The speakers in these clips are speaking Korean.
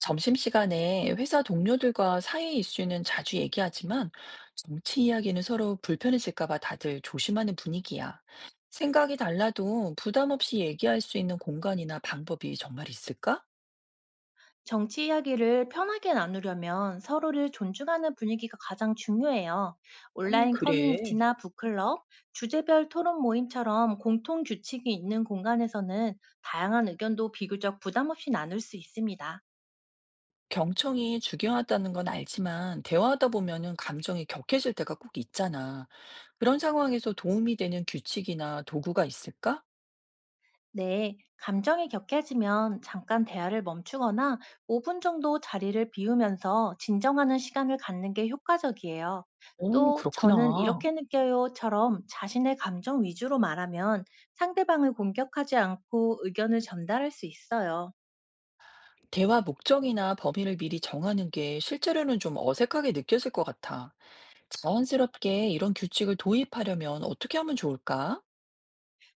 점심시간에 회사 동료들과 사회 이슈는 자주 얘기하지만 정치 이야기는 서로 불편해질까봐 다들 조심하는 분위기야. 생각이 달라도 부담 없이 얘기할 수 있는 공간이나 방법이 정말 있을까? 정치 이야기를 편하게 나누려면 서로를 존중하는 분위기가 가장 중요해요. 아, 온라인 그래. 커뮤니티나 북클럽, 주제별 토론 모임처럼 공통 규칙이 있는 공간에서는 다양한 의견도 비교적 부담 없이 나눌 수 있습니다. 경청이 중요하다는 건 알지만 대화하다 보면은 감정이 격해질 때가 꼭 있잖아. 그런 상황에서 도움이 되는 규칙이나 도구가 있을까? 네, 감정이 격해지면 잠깐 대화를 멈추거나 5분 정도 자리를 비우면서 진정하는 시간을 갖는 게 효과적이에요. 오, 또, 저는 그렇구나. 이렇게 느껴요처럼 자신의 감정 위주로 말하면 상대방을 공격하지 않고 의견을 전달할 수 있어요. 대화 목적이나 범위를 미리 정하는 게 실제로는 좀 어색하게 느껴질 것 같아. 자연스럽게 이런 규칙을 도입하려면 어떻게 하면 좋을까?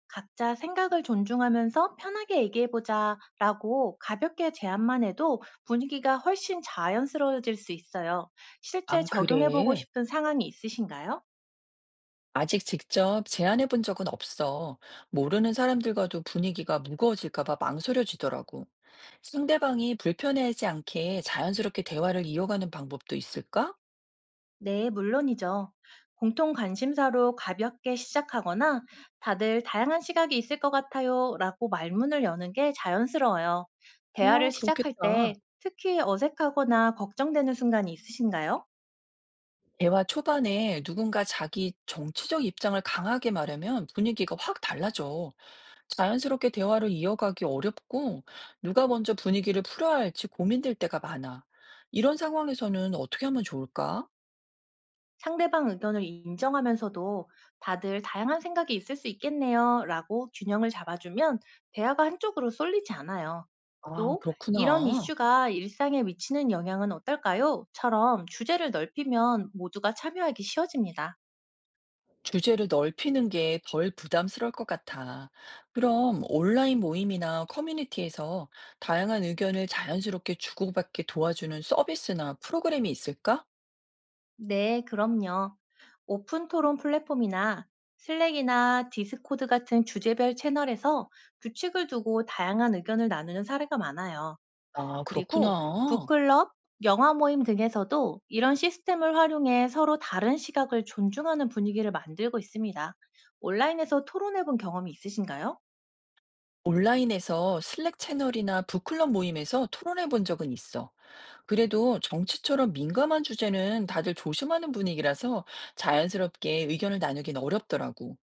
각자 생각을 존중하면서 편하게 얘기해보자라고 가볍게 제안만 해도 분위기가 훨씬 자연스러워질 수 있어요. 실제 아, 적용해보고 그래. 싶은 상황이 있으신가요? 아직 직접 제안해 본 적은 없어. 모르는 사람들과도 분위기가 무거워질까 봐 망설여지더라고. 상대방이 불편해하지 않게 자연스럽게 대화를 이어가는 방법도 있을까? 네, 물론이죠. 공통 관심사로 가볍게 시작하거나 다들 다양한 시각이 있을 것 같아요 라고 말문을 여는 게 자연스러워요. 대화를 아, 시작할 때 그렇겠다. 특히 어색하거나 걱정되는 순간이 있으신가요? 대화 초반에 누군가 자기 정치적 입장을 강하게 말하면 분위기가 확 달라져. 자연스럽게 대화를 이어가기 어렵고 누가 먼저 분위기를 풀어야 할지 고민될 때가 많아. 이런 상황에서는 어떻게 하면 좋을까? 상대방 의견을 인정하면서도 다들 다양한 생각이 있을 수 있겠네요. 라고 균형을 잡아주면 대화가 한쪽으로 쏠리지 않아요. 아, 또, 이런 그렇구나. 이슈가 일상에 미치는 영향은 어떨까요? 처럼 주제를 넓히면 모두가 참여하기 쉬워집니다. 주제를 넓히는 게 덜 부담스러울 것 같아. 그럼 온라인 모임이나 커뮤니티에서 다양한 의견을 자연스럽게 주고받게 도와주는 서비스나 프로그램이 있을까? 네, 그럼요. 오픈 토론 플랫폼이나 슬랙이나 디스코드 같은 주제별 채널에서 규칙을 두고 다양한 의견을 나누는 사례가 많아요. 아, 그리고 그렇구나. 북클럽, 영화 모임 등에서도 이런 시스템을 활용해 서로 다른 시각을 존중하는 분위기를 만들고 있습니다. 온라인에서 토론해 본 경험이 있으신가요? 온라인에서 슬랙 채널이나 북클럽 모임에서 토론해 본 적은 있어. 그래도 정치처럼 민감한 주제는 다들 조심하는 분위기라서 자연스럽게 의견을 나누긴 어렵더라고.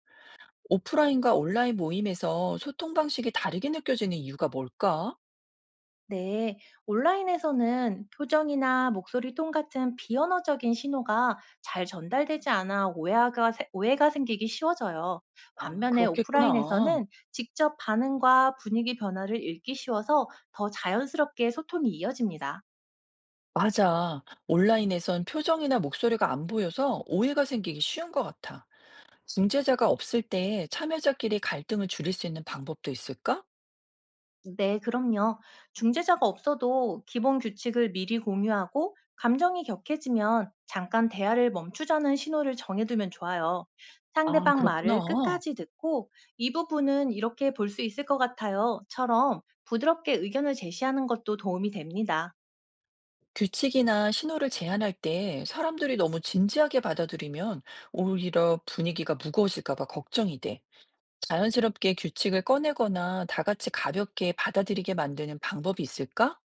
오프라인과 온라인 모임에서 소통 방식이 다르게 느껴지는 이유가 뭘까? 네, 온라인에서는 표정이나 목소리 톤 같은 비언어적인 신호가 잘 전달되지 않아 오해가 생기기 쉬워져요. 아, 반면에 그렇겠구나. 오프라인에서는 직접 반응과 분위기 변화를 읽기 쉬워서 더 자연스럽게 소통이 이어집니다. 맞아. 온라인에선 표정이나 목소리가 안 보여서 오해가 생기기 쉬운 것 같아. 중재자가 없을 때 참여자끼리 갈등을 줄일 수 있는 방법도 있을까? 네, 그럼요. 중재자가 없어도 기본 규칙을 미리 공유하고 감정이 격해지면 잠깐 대화를 멈추자는 신호를 정해두면 좋아요. 아, 상대방 그렇구나. 말을 끝까지 듣고 이 부분은 이렇게 볼 수 있을 것 같아요.처럼 부드럽게 의견을 제시하는 것도 도움이 됩니다. 규칙이나 신호를 제한할 때 사람들이 너무 진지하게 받아들이면 오히려 분위기가 무거워질까 봐 걱정이 돼. 자연스럽게 규칙을 꺼내거나 다 같이 가볍게 받아들이게 만드는 방법이 있을까?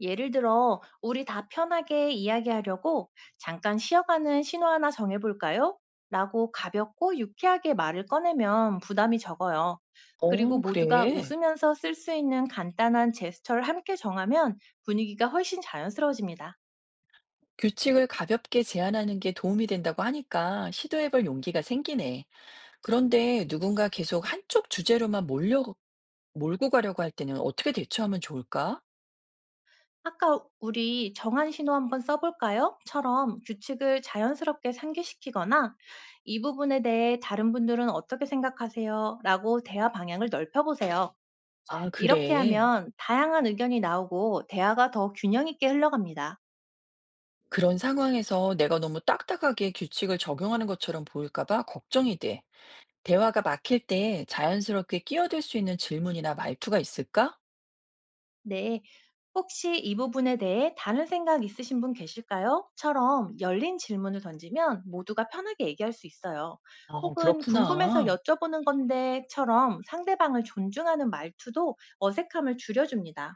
예를 들어, 우리 다 편하게 이야기하려고 잠깐 쉬어가는 신호 하나 정해볼까요? 라고 가볍고 유쾌하게 말을 꺼내면 부담이 적어요. 그리고 어, 모두가 그래. 웃으면서 쓸 수 있는 간단한 제스처를 함께 정하면 분위기가 훨씬 자연스러워집니다. 규칙을 가볍게 제안하는 게 도움이 된다고 하니까 시도해볼 용기가 생기네. 그런데 누군가 계속 한쪽 주제로만 몰고 가려고 할 때는 어떻게 대처하면 좋을까? 아까 우리 정한 신호 한번 써볼까요? 처럼 규칙을 자연스럽게 상기시키거나 이 부분에 대해 다른 분들은 어떻게 생각하세요? 라고 대화 방향을 넓혀보세요. 아, 이렇게 그래. 하면 다양한 의견이 나오고 대화가 더 균형 있게 흘러갑니다. 그런 상황에서 내가 너무 딱딱하게 규칙을 적용하는 것처럼 보일까 봐 걱정이 돼. 대화가 막힐 때 자연스럽게 끼어들 수 있는 질문이나 말투가 있을까? 네. 혹시 이 부분에 대해 다른 생각 있으신 분 계실까요? 처럼 열린 질문을 던지면 모두가 편하게 얘기할 수 있어요. 아, 혹은 궁금해서 그렇구나. 여쭤보는 건데처럼 상대방을 존중하는 말투도 어색함을 줄여줍니다.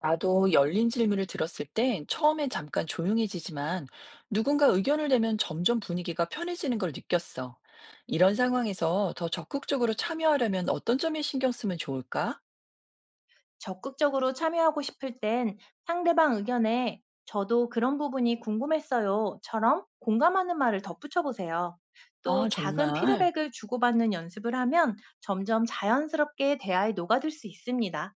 나도 열린 질문을 들었을 땐 처음엔 잠깐 조용해지지만 누군가 의견을 내면 점점 분위기가 편해지는 걸 느꼈어. 이런 상황에서 더 적극적으로 참여하려면 어떤 점에 신경 쓰면 좋을까? 적극적으로 참여하고 싶을 땐 상대방 의견에 저도 그런 부분이 궁금했어요.처럼 공감하는 말을 덧붙여 보세요. 또 아, 작은 정말. 피드백을 주고받는 연습을 하면 점점 자연스럽게 대화에 녹아들 수 있습니다.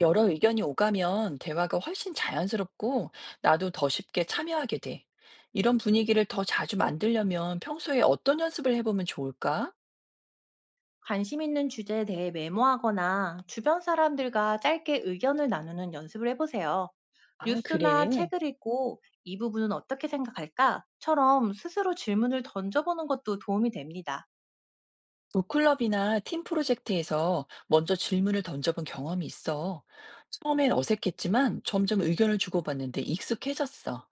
여러 의견이 오가면 대화가 훨씬 자연스럽고 나도 더 쉽게 참여하게 돼. 이런 분위기를 더 자주 만들려면 평소에 어떤 연습을 해보면 좋을까? 관심 있는 주제에 대해 메모하거나 주변 사람들과 짧게 의견을 나누는 연습을 해보세요. 아, 뉴스나 그래. 책을 읽고 이 부분은 어떻게 생각할까?처럼 스스로 질문을 던져보는 것도 도움이 됩니다. 북클럽이나 팀 프로젝트에서 먼저 질문을 던져본 경험이 있어. 처음엔 어색했지만 점점 의견을 주고받는데 익숙해졌어.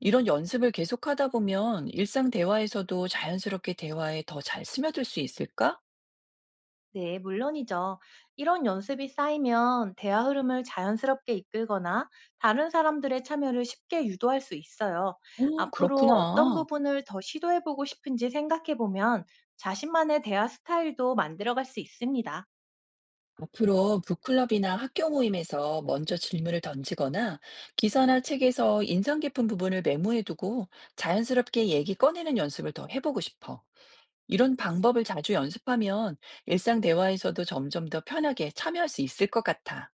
이런 연습을 계속하다 보면 일상 대화에서도 자연스럽게 대화에 더 잘 스며들 수 있을까? 네, 물론이죠. 이런 연습이 쌓이면 대화 흐름을 자연스럽게 이끌거나 다른 사람들의 참여를 쉽게 유도할 수 있어요. 오, 앞으로 어떤 그렇구나. 부분을 더 시도해보고 싶은지 생각해보면 자신만의 대화 스타일도 만들어갈 수 있습니다. 앞으로 북클럽이나 학교 모임에서 먼저 질문을 던지거나 기사나 책에서 인상 깊은 부분을 메모해두고 자연스럽게 얘기 꺼내는 연습을 더 해보고 싶어. 이런 방법을 자주 연습하면 일상 대화에서도 점점 더 편하게 참여할 수 있을 것 같아.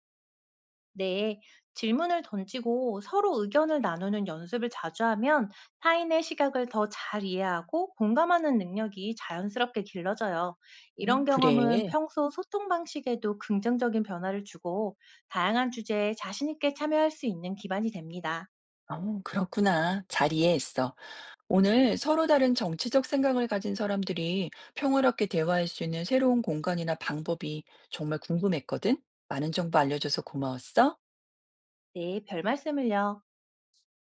네, 질문을 던지고 서로 의견을 나누는 연습을 자주 하면 타인의 시각을 더 잘 이해하고 공감하는 능력이 자연스럽게 길러져요. 어, 이런 경험은 그래. 평소 소통 방식에도 긍정적인 변화를 주고 다양한 주제에 자신 있게 참여할 수 있는 기반이 됩니다. 어, 그렇구나. 잘 이해했어. 오늘 서로 다른 정치적 생각을 가진 사람들이 평화롭게 대화할 수 있는 새로운 공간이나 방법이 정말 궁금했거든. 많은 정보 알려줘서 고마웠어. 네, 별 말씀을요.